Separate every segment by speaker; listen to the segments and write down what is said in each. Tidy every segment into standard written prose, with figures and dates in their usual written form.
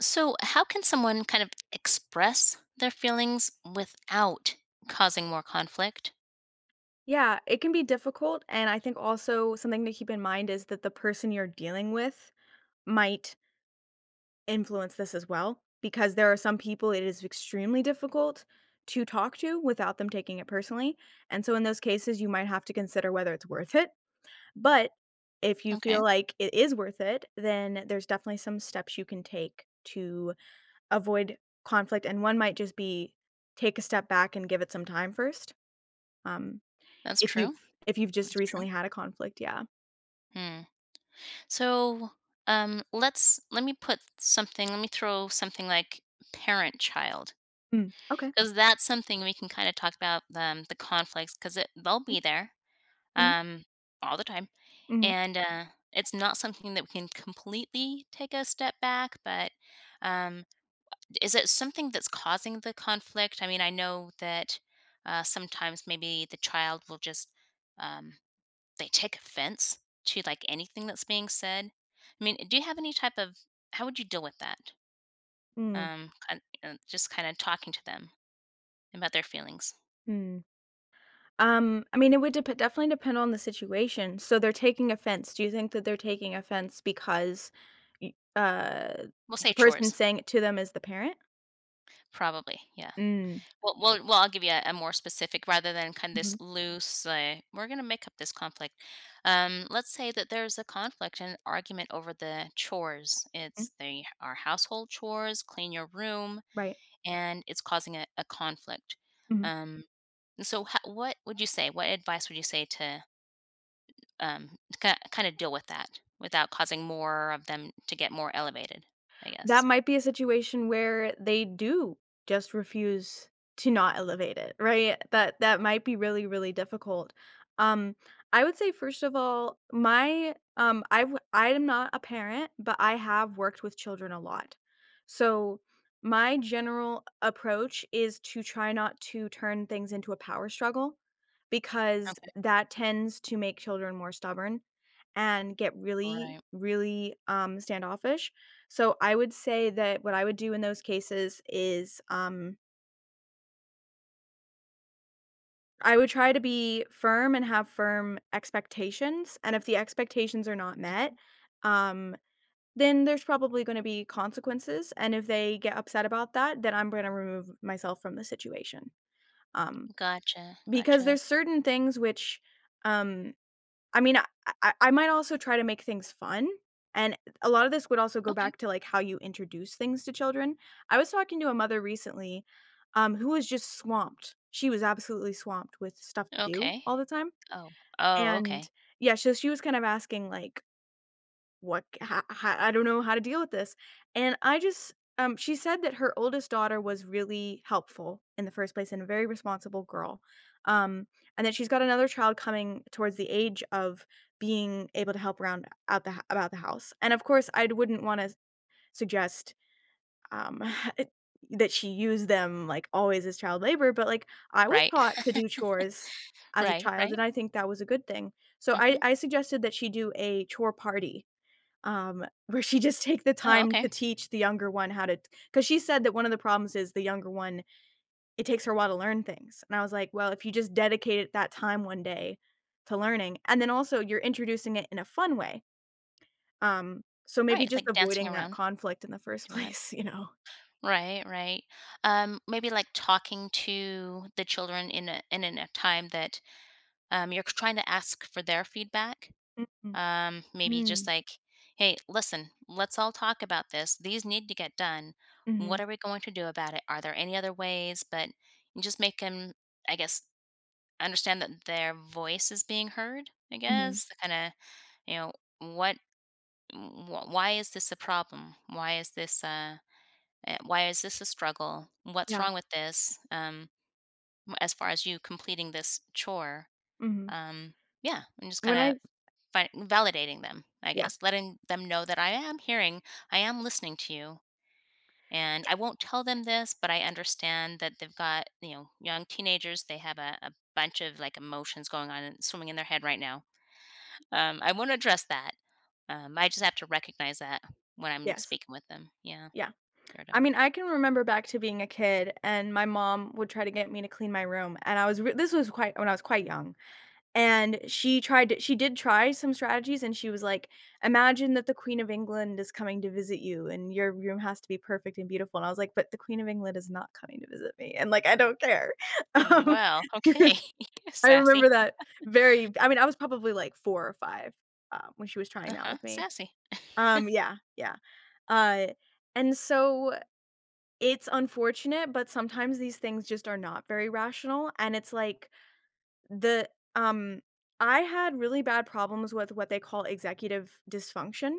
Speaker 1: So, how can someone kind of express their feelings without causing more conflict?
Speaker 2: Yeah, it can be difficult, and I think also something to keep in mind is that the person you're dealing with might influence this as well, because there are some people it is extremely difficult to talk to without them taking it personally, and so in those cases, you might have to consider whether it's worth it, but if you feel
Speaker 1: Okay,
Speaker 2: like it is worth it, then there's definitely some steps you can take to avoid conflict, and one might just be take a step back and give it some time first. um
Speaker 1: that's
Speaker 2: if you've
Speaker 1: true.
Speaker 2: if you've just
Speaker 1: That's true.
Speaker 2: recently had a conflict, yeah.
Speaker 1: Hmm. So, let's let me put something. Let me throw something like parent-child,
Speaker 2: Mm. Okay.
Speaker 1: because that's something we can kind of talk about the conflicts, because they'll be there
Speaker 2: Mhm,
Speaker 1: um, all the time,
Speaker 2: mhm.
Speaker 1: and it's not something that we can completely take a step back, but um, is it something that's causing the conflict? I mean, I know that sometimes maybe the child will just um, they take offense to like anything that's being said. I mean, do you have any type of how would you deal with that?
Speaker 2: Mm,
Speaker 1: Just kind of talking to them about their feelings.
Speaker 2: mm. I mean, it would depe definitely depend on the situation. So they're taking offense. Do you think that they're taking offense because y
Speaker 1: We'll say
Speaker 2: the person
Speaker 1: chores,
Speaker 2: saying it to them is the parent?
Speaker 1: probably. Yeah.
Speaker 2: Mm,
Speaker 1: Well, I'll give you a more specific rather than kind of this
Speaker 2: mhm.
Speaker 1: loose, like, "We're gonna make up this conflict." Let's say that there's a conflict and argument over the chores.
Speaker 2: Mhm,
Speaker 1: It's the our household chores, clean your room,
Speaker 2: right.
Speaker 1: and it's causing a conflict.
Speaker 2: Mhm.
Speaker 1: Um, and so ho what would you say? What advice would you say to kinda deal with that without causing more of them to get more elevated, I
Speaker 2: That
Speaker 1: guess?
Speaker 2: might be a situation where they do just refuse to not elevate it, right? That might be really, really difficult. Um, I would say first of all, I am not a parent, but I have worked with children a lot. So my general approach is to try not to turn things into a power struggle because
Speaker 1: Okay.
Speaker 2: that tends to make children more stubborn and get really
Speaker 1: Right.
Speaker 2: really standoffish, so I would say that what I would do in those cases is, I would try to be firm and have firm expectations, and if the expectations are not met,
Speaker 1: Mhm.
Speaker 2: um, then there's probably gonna be consequences, and if they get upset about that, then I'm gonna remove myself from the situation. Um,
Speaker 1: Gotcha,
Speaker 2: because
Speaker 1: gotcha.
Speaker 2: there's certain things which, um I mean, I might also try to make things fun, and a lot of this would also go
Speaker 1: Okay,
Speaker 2: back to, like, how you introduce things to children. I was talking to a mother recently, who was just swamped. She was absolutely swamped with stuff to do
Speaker 1: okay.
Speaker 2: all the time,
Speaker 1: Oh. Oh, okay.
Speaker 2: and yeah, so she was kind of asking, like, what c ho ho I don't know how to deal with this, and I just she said that her oldest daughter was really helpful in the first place and a very responsible girl, um, and that she's got another child coming towards the age of being able to help around out the h about the house, and of course, I wouldn't wanna suggest, um, that she use them, like, always as child labor, but, like, I was
Speaker 1: Right.
Speaker 2: taught to do chores as a
Speaker 1: Right,
Speaker 2: child,
Speaker 1: right.
Speaker 2: and I think that was a good thing. So I
Speaker 1: Mhm.
Speaker 2: I suggested that she do a chore party, where she just take the
Speaker 1: Oh,
Speaker 2: time
Speaker 1: okay.
Speaker 2: to teach the younger one how to, cause she said that one of the problems is the younger one, it takes her a while to learn things, and I was like, "Well, if you just dedicated that time one day to learning," and then also you're introducing it in a fun way, so maybe
Speaker 1: Right,
Speaker 2: just
Speaker 1: like dancing
Speaker 2: avoiding that
Speaker 1: around,
Speaker 2: conflict in the first
Speaker 1: doing it.
Speaker 2: place, you know?
Speaker 1: Right, right. Maybe, like, talking to the children in a in in a time that, you're trying to ask for their feedback.
Speaker 2: Mhm.
Speaker 1: Maybe just
Speaker 2: Mm.
Speaker 1: like, "Hey, listen, let's all talk about this. These need to get done. What
Speaker 2: Mhm.
Speaker 1: are we going to do about it? Are there any other ways?" But you just make them. I guess, understand that their voice is being heard, I
Speaker 2: Mhm.
Speaker 1: guess, kinda you know what why is this a problem? Why is this why is this a struggle? What's
Speaker 2: Yeah.
Speaker 1: wrong with this? As far as you completing this chore?
Speaker 2: Mhm.
Speaker 1: Um yeah am just kind
Speaker 2: When I
Speaker 1: of validating them, I
Speaker 2: Yeah.
Speaker 1: guess, letting them know that I am hearing, I am listening to you. And I won't tell them this, but I understand that they've got, you know, young teenagers, they have a bunch of like emotions going on and swimming in their head right now. I won't address that. I just have to recognize that when I'm
Speaker 2: Yes.
Speaker 1: speaking with them. Yeah,
Speaker 2: Yeah.
Speaker 1: heard
Speaker 2: I
Speaker 1: him.
Speaker 2: mean, I can remember back to being a kid, and my mom would try to get me to clean my room, and I was re this was quite when I was quite young. And she tried to she did try some strategies, and she was like, "Imagine that the Queen of England is coming to visit you, and your room has to be perfect and beautiful." And I was like, "But the Queen of England is not coming to visit me, and, like, I don't care." Um,
Speaker 1: Well, okay.
Speaker 2: I
Speaker 1: Sassy.
Speaker 2: remember that very I mean, I was probably, like, 4 or 5, when she was trying that
Speaker 1: Uh-huh.
Speaker 2: with me.
Speaker 1: Sassy.
Speaker 2: Yeah, yeah. Uh, and so it's unfortunate, but sometimes these things just are not very rational, and it's like the um, I had really bad problems with what they call executive dysfunction.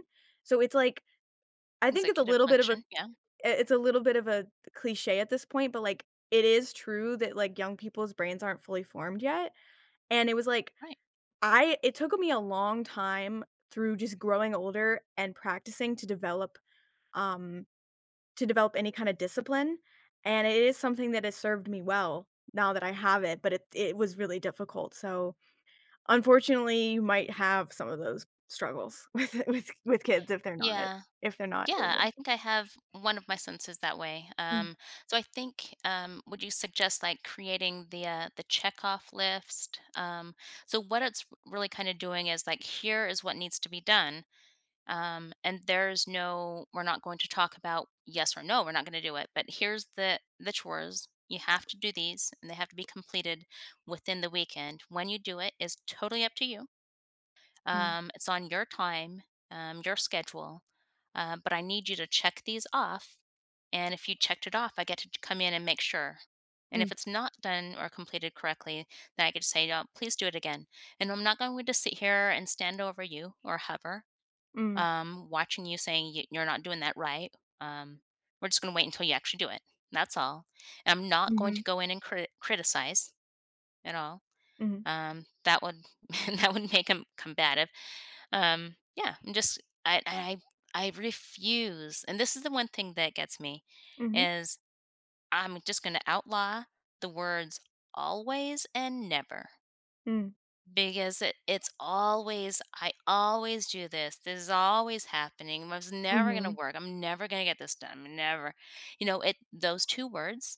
Speaker 2: So it's like I think
Speaker 1: Executive function. Yeah,
Speaker 2: it's a little bit of a cliche at this point, but like it is true that like young people's brains aren't fully formed yet. And it was like
Speaker 1: right.
Speaker 2: I it took me a long time through just growing older and practicing um to develop any kind of discipline. And it is something that has served me well now that I have it, but it was really difficult. So, unfortunately, you might have some of those struggles with kids
Speaker 1: Yeah.
Speaker 2: if they're not
Speaker 1: Yeah,
Speaker 2: able.
Speaker 1: I think I have one of my senses that way.
Speaker 2: Mm,
Speaker 1: So I think, would you suggest like creating the checkoff list? So what it's really kind of doing is like, here is what needs to be done, and there's no we're not going to talk about yes or no, we're not going to do it, but here's the chores. You have to do these and they have to be completed within the weekend. When you do it is totally up to you.
Speaker 2: mm,
Speaker 1: Um, it's on your time, your schedule. But I need you to check these off, and if you checked it off, I get to come in and make sure. And if
Speaker 2: mm,
Speaker 1: it's not done or completed correctly, then I get to say no, please do it again. And I'm not going to sit here and stand over you or hover,
Speaker 2: mm,
Speaker 1: watching you saying, You're not doing that right." Um, we're just going to wait until you actually do it. That's all. And I'm not going to
Speaker 2: mhm,
Speaker 1: go in and criticize at all.
Speaker 2: mhm,
Speaker 1: That would that would make him combative. Yeah, I'm just I I refuse. And this is the one thing that gets me
Speaker 2: mhm,
Speaker 1: is I'm just going to outlaw the words always and never,
Speaker 2: mm,
Speaker 1: because it, it's always, I always do this, this is always happening, I was never going to
Speaker 2: mhm,
Speaker 1: work, I'm never going to get this done, I'm never, you know. It, those two words,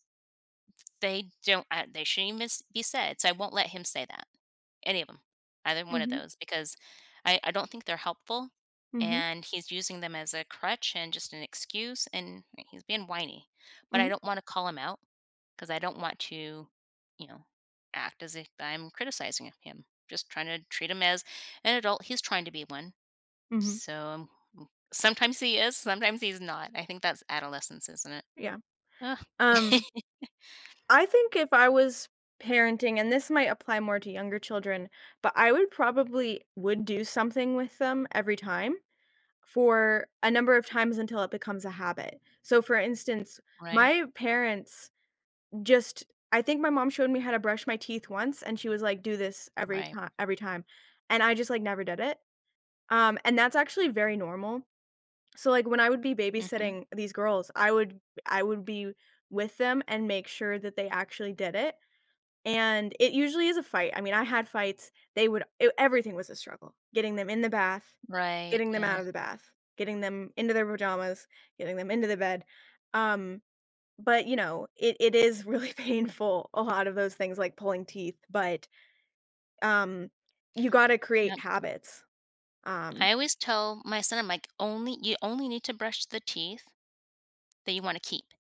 Speaker 1: they don't they shouldn't even be said. So I won't let him say that, any of them, either one of
Speaker 2: mhm,
Speaker 1: those, because I don't think they're helpful,
Speaker 2: mhm,
Speaker 1: and he's using them as a crutch and just an excuse, and he's being whiny. But I
Speaker 2: mhm,
Speaker 1: don't wanna call him out because I don't want to, you know, act as if I'm criticizing him. Just trying to treat him as an adult. He's trying to be one.
Speaker 2: mhm,
Speaker 1: So, m sometimes he is, sometimes he's not. I think that's adolescence, isn't it?
Speaker 2: yeah. Um,
Speaker 1: Ugh.
Speaker 2: I think if I was parenting, and this might apply more to younger children, but I would probably would do something with them every time for a number of times until it becomes a habit. So, for instance,
Speaker 1: Right,
Speaker 2: my parents Just I think my mom showed me how to brush my teeth once, and she was like, "Do this
Speaker 1: right.
Speaker 2: every time," and I just, like, never did it, and that's actually very normal. So, like, when I would be
Speaker 1: Mhm.
Speaker 2: babysitting these girls, I would be with them and make sure that they actually did it, and it usually is a fight. I mean, I had fights. They would e Everything was a struggle. Getting them in the bath,
Speaker 1: Right,
Speaker 2: getting them
Speaker 1: yeah,
Speaker 2: out of the bath, getting them into their pajamas, getting them into the bed, um but, you know, it is really painful, a lot of those things like pulling teeth, but, um, you gotta
Speaker 1: yeah.
Speaker 2: create habits, um
Speaker 1: I always tell my son, I'm like, only you only need to brush the teeth that you want to keep.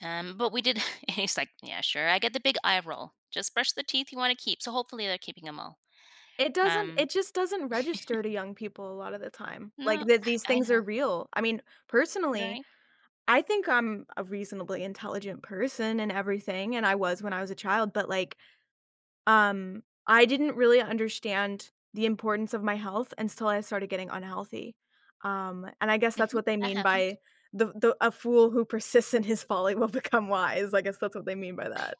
Speaker 1: But we did, and he's like, yeah, sure. I get the big eye roll. Just brush the teeth you want to keep. So hopefully they're keeping them all.
Speaker 2: it
Speaker 1: Um,
Speaker 2: just doesn't register to young people a lot of the time, like,
Speaker 1: no,
Speaker 2: that these
Speaker 1: I
Speaker 2: things
Speaker 1: know.
Speaker 2: are real. I mean,
Speaker 1: You're
Speaker 2: personally,
Speaker 1: right?
Speaker 2: I think I'm a reasonably intelligent person and everything, and I was when I was a child, but, like, I didn't really understand the importance of my health until I started getting unhealthy. And I guess that's
Speaker 1: Hmm,
Speaker 2: what they
Speaker 1: that
Speaker 2: mean
Speaker 1: happens.
Speaker 2: by the "A fool who persists in his folly will become wise." I guess that's what they mean by that.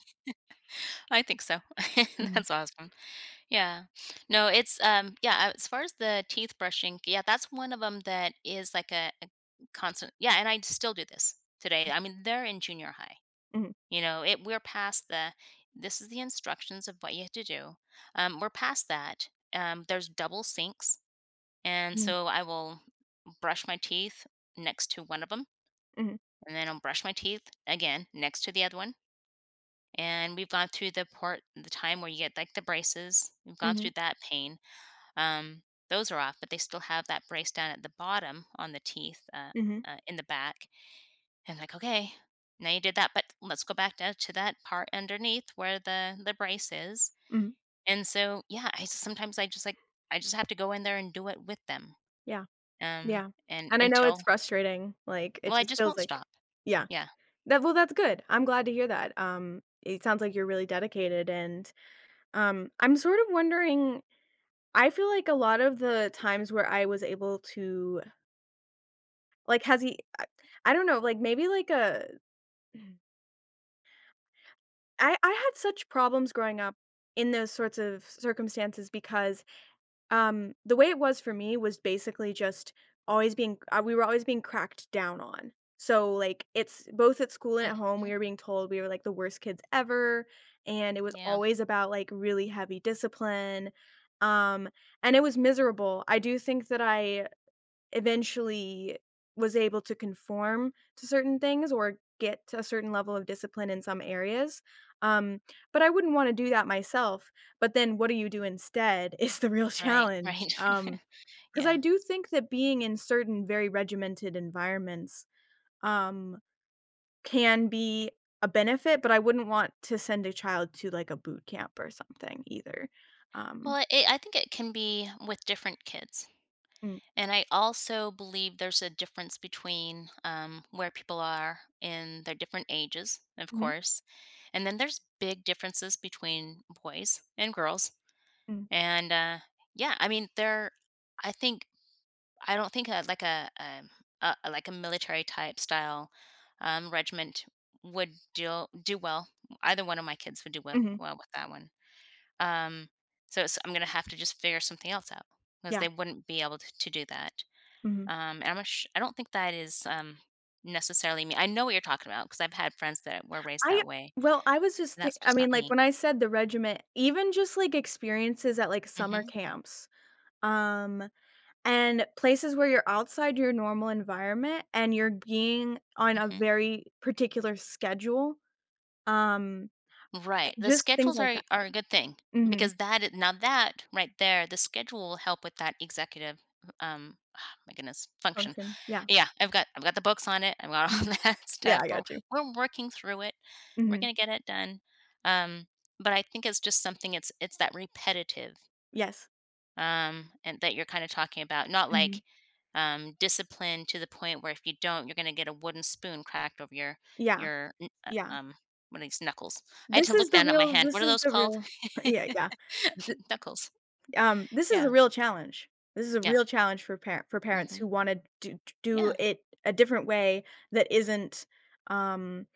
Speaker 1: I think so.
Speaker 2: Mhm,
Speaker 1: That's awesome. Yeah. No, it's yeah. As far as the teeth brushing, yeah, that's one of them that is like a constant. Yeah, and I still do this today. I mean, they're in junior high.
Speaker 2: mhm,
Speaker 1: You know, it we're past the this is the instructions of what you have to do. We're past that. There's double sinks, and
Speaker 2: mhm,
Speaker 1: so I will brush my teeth next to one of them,
Speaker 2: mhm,
Speaker 1: and then I'll brush my teeth again next to the other one. And we've gone through the part, the time where you get like the braces. We've gone through
Speaker 2: mhm,
Speaker 1: that pain. Um, those are off, but they still have that brace down at the bottom on the teeth
Speaker 2: mhm,
Speaker 1: in the back. And like, okay, now you did that, but let's go back down to that part underneath where the brace is.
Speaker 2: mhm.
Speaker 1: And so, yeah, I just, sometimes I just like I just have to go in there and do it with them.
Speaker 2: Yeah, yeah.
Speaker 1: And
Speaker 2: And I know it's
Speaker 1: until
Speaker 2: frustrating, like,
Speaker 1: well,
Speaker 2: it
Speaker 1: I
Speaker 2: just
Speaker 1: just
Speaker 2: feels
Speaker 1: won't
Speaker 2: like,
Speaker 1: stop.
Speaker 2: yeah.
Speaker 1: Yeah.
Speaker 2: That Well, that's good. I'm glad to hear that. It sounds like you're really dedicated and, I'm sort of wondering, I feel like a lot of the times where I was able to, like, has he, I don't know, like, maybe, like, a I had such problems growing up in those sorts of circumstances because, the way it was for me was basically just always being we were always being cracked down on. So, like, it's both at school and at home,
Speaker 1: Hmm.
Speaker 2: we were being told we were, like, the worst kids ever, and it was
Speaker 1: Yeah.
Speaker 2: always about, like, really heavy discipline, um, and it was miserable. I do think that I eventually was able to conform to certain things or get to a certain level of discipline in some areas. Um, but I wouldn't want to do that myself. But then what do you do instead is the real
Speaker 1: Right.
Speaker 2: challenge.
Speaker 1: Right.
Speaker 2: Because I
Speaker 1: Yeah.
Speaker 2: do think that being in certain very regimented environments, um, can be a benefit, but I wouldn't want to send a child to like a boot camp or something either. Um,
Speaker 1: Well, it, I think it can be with different kids.
Speaker 2: mm,
Speaker 1: And I also believe there's a difference between where people are in their different ages, of
Speaker 2: mhm,
Speaker 1: course. And then there's big differences between boys and girls.
Speaker 2: mm,
Speaker 1: And yeah, I mean, there, I think, I don't think like a like a military type style regiment would do well. Either one of my kids would do
Speaker 2: mhm,
Speaker 1: well with that one. Um, so it's, I'm going to have to just figure something else out because
Speaker 2: yeah.
Speaker 1: they wouldn't be able to do that.
Speaker 2: Mhm.
Speaker 1: And I'm not I don't think that is necessarily me. I know what you're talking about because I've had friends that were raised
Speaker 2: I
Speaker 1: that way.
Speaker 2: Well, I was
Speaker 1: And
Speaker 2: just think
Speaker 1: that's
Speaker 2: I
Speaker 1: just
Speaker 2: mean,
Speaker 1: not
Speaker 2: like,
Speaker 1: me.
Speaker 2: when I said the regiment, even just, like, experiences at, like, summer
Speaker 1: Hmm.
Speaker 2: camps, um, and places where you're outside your normal environment and you're being on a
Speaker 1: Hmm.
Speaker 2: very particular schedule, um,
Speaker 1: Right. The
Speaker 2: just things
Speaker 1: schedules
Speaker 2: like that.
Speaker 1: are a good thing
Speaker 2: Mhm.
Speaker 1: because that is, now that right there, the schedule will help with that executive. Um, my goodness, function.
Speaker 2: Function. Yeah.
Speaker 1: Yeah, I've got the books on it. I've got
Speaker 2: Mhm.
Speaker 1: all that
Speaker 2: Yeah,
Speaker 1: stuff.
Speaker 2: I
Speaker 1: We're
Speaker 2: got you.
Speaker 1: we're working through it. We're
Speaker 2: Mhm.
Speaker 1: gonna get it done. Um, but I think it's just something. It's that repetitive
Speaker 2: Yes.
Speaker 1: and that you're kind of talking about, not like
Speaker 2: Mhm.
Speaker 1: discipline to the point where if you don't, you're going to get a wooden spoon cracked over your
Speaker 2: Yeah.
Speaker 1: your n- uh,
Speaker 2: Yeah.
Speaker 1: um, what are these knuckles? I had
Speaker 2: This
Speaker 1: to
Speaker 2: is
Speaker 1: look
Speaker 2: the
Speaker 1: down at my
Speaker 2: real
Speaker 1: hand.
Speaker 2: this
Speaker 1: What are
Speaker 2: is
Speaker 1: those
Speaker 2: the
Speaker 1: called?
Speaker 2: real Yeah, yeah.
Speaker 1: Knuckles.
Speaker 2: This is a
Speaker 1: Yeah,
Speaker 2: real challenge. This is a
Speaker 1: yeah,
Speaker 2: real challenge for parents
Speaker 1: hmm,
Speaker 2: who wanna do
Speaker 1: yeah.
Speaker 2: it a different way that isn't, um,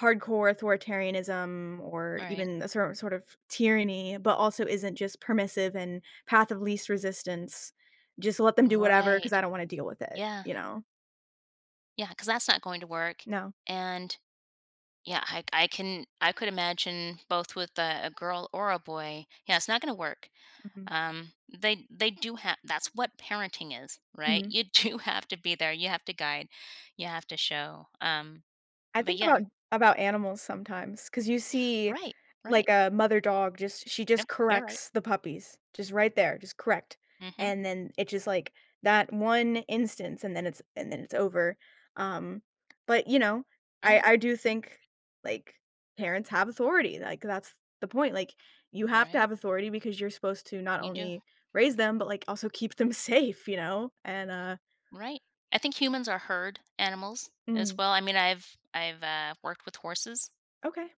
Speaker 2: hardcore authoritarianism or
Speaker 1: Right,
Speaker 2: even a cer sort of tyranny, but also isn't just permissive and path of least resistance. Just let them do whatever because
Speaker 1: right.
Speaker 2: I don't wanna deal with it,
Speaker 1: Yeah,
Speaker 2: you know?
Speaker 1: yeah. Because that's not going to work.
Speaker 2: No.
Speaker 1: And yeah, I can I could imagine both with a girl or a boy. Yeah, it's not going to work.
Speaker 2: Mhm.
Speaker 1: They do have that's what parenting is, right?
Speaker 2: Mhm.
Speaker 1: You do have to be there, you have to guide, you have to show.
Speaker 2: I
Speaker 1: But
Speaker 2: think
Speaker 1: yeah,
Speaker 2: about animals sometimes, cause you see,
Speaker 1: right,
Speaker 2: like,
Speaker 1: right.
Speaker 2: a mother dog just she just
Speaker 1: Nope, you're right.
Speaker 2: corrects the puppies, just right there, just correct,
Speaker 1: Mhm.
Speaker 2: and then it's just, like, that one instance, and then it's over, um, but, you know, I
Speaker 1: Right.
Speaker 2: I do
Speaker 1: Yep,
Speaker 2: think, like, parents have authority, like, that's the point, like, you have to
Speaker 1: right.
Speaker 2: have authority because you're supposed to not
Speaker 1: You do.
Speaker 2: only raise them, but, like, also keep them safe, you know, and,
Speaker 1: Right. I think humans are herd animals as
Speaker 2: mm,
Speaker 1: well. I mean, I've worked with horses,
Speaker 2: okay,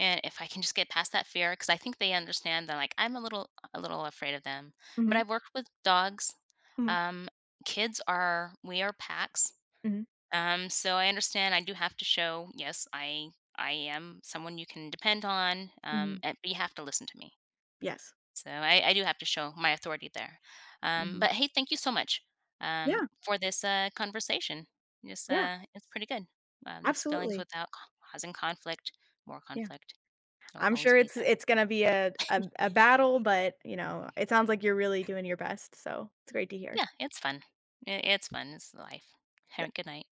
Speaker 1: and if I can just get past that fear, because I think they understand that like I'm a little afraid of them. But
Speaker 2: mhm,
Speaker 1: I've worked with dogs.
Speaker 2: mhm,
Speaker 1: Um, kids are we are packs.
Speaker 2: mhm,
Speaker 1: So I understand I do have to show, yes, I am someone you can depend on,
Speaker 2: mhm,
Speaker 1: and, but you have to listen to me.
Speaker 2: yes,
Speaker 1: So I do have to show my authority there.
Speaker 2: mhm.
Speaker 1: But hey, thank you so much
Speaker 2: Yeah,
Speaker 1: for this conversation. This
Speaker 2: yeah,
Speaker 1: it's pretty good. This feelings
Speaker 2: absolutely,
Speaker 1: without causing conflict, more
Speaker 2: yeah.
Speaker 1: conflict, it'll
Speaker 2: I'm
Speaker 1: always
Speaker 2: sure
Speaker 1: be
Speaker 2: it's
Speaker 1: there.
Speaker 2: it's gonna be a battle, but, you know, it sounds like you're really doing your best, so it's great to hear.
Speaker 1: Yeah, it's fun. It's fun. It's life. Have a
Speaker 2: Yep.
Speaker 1: good night.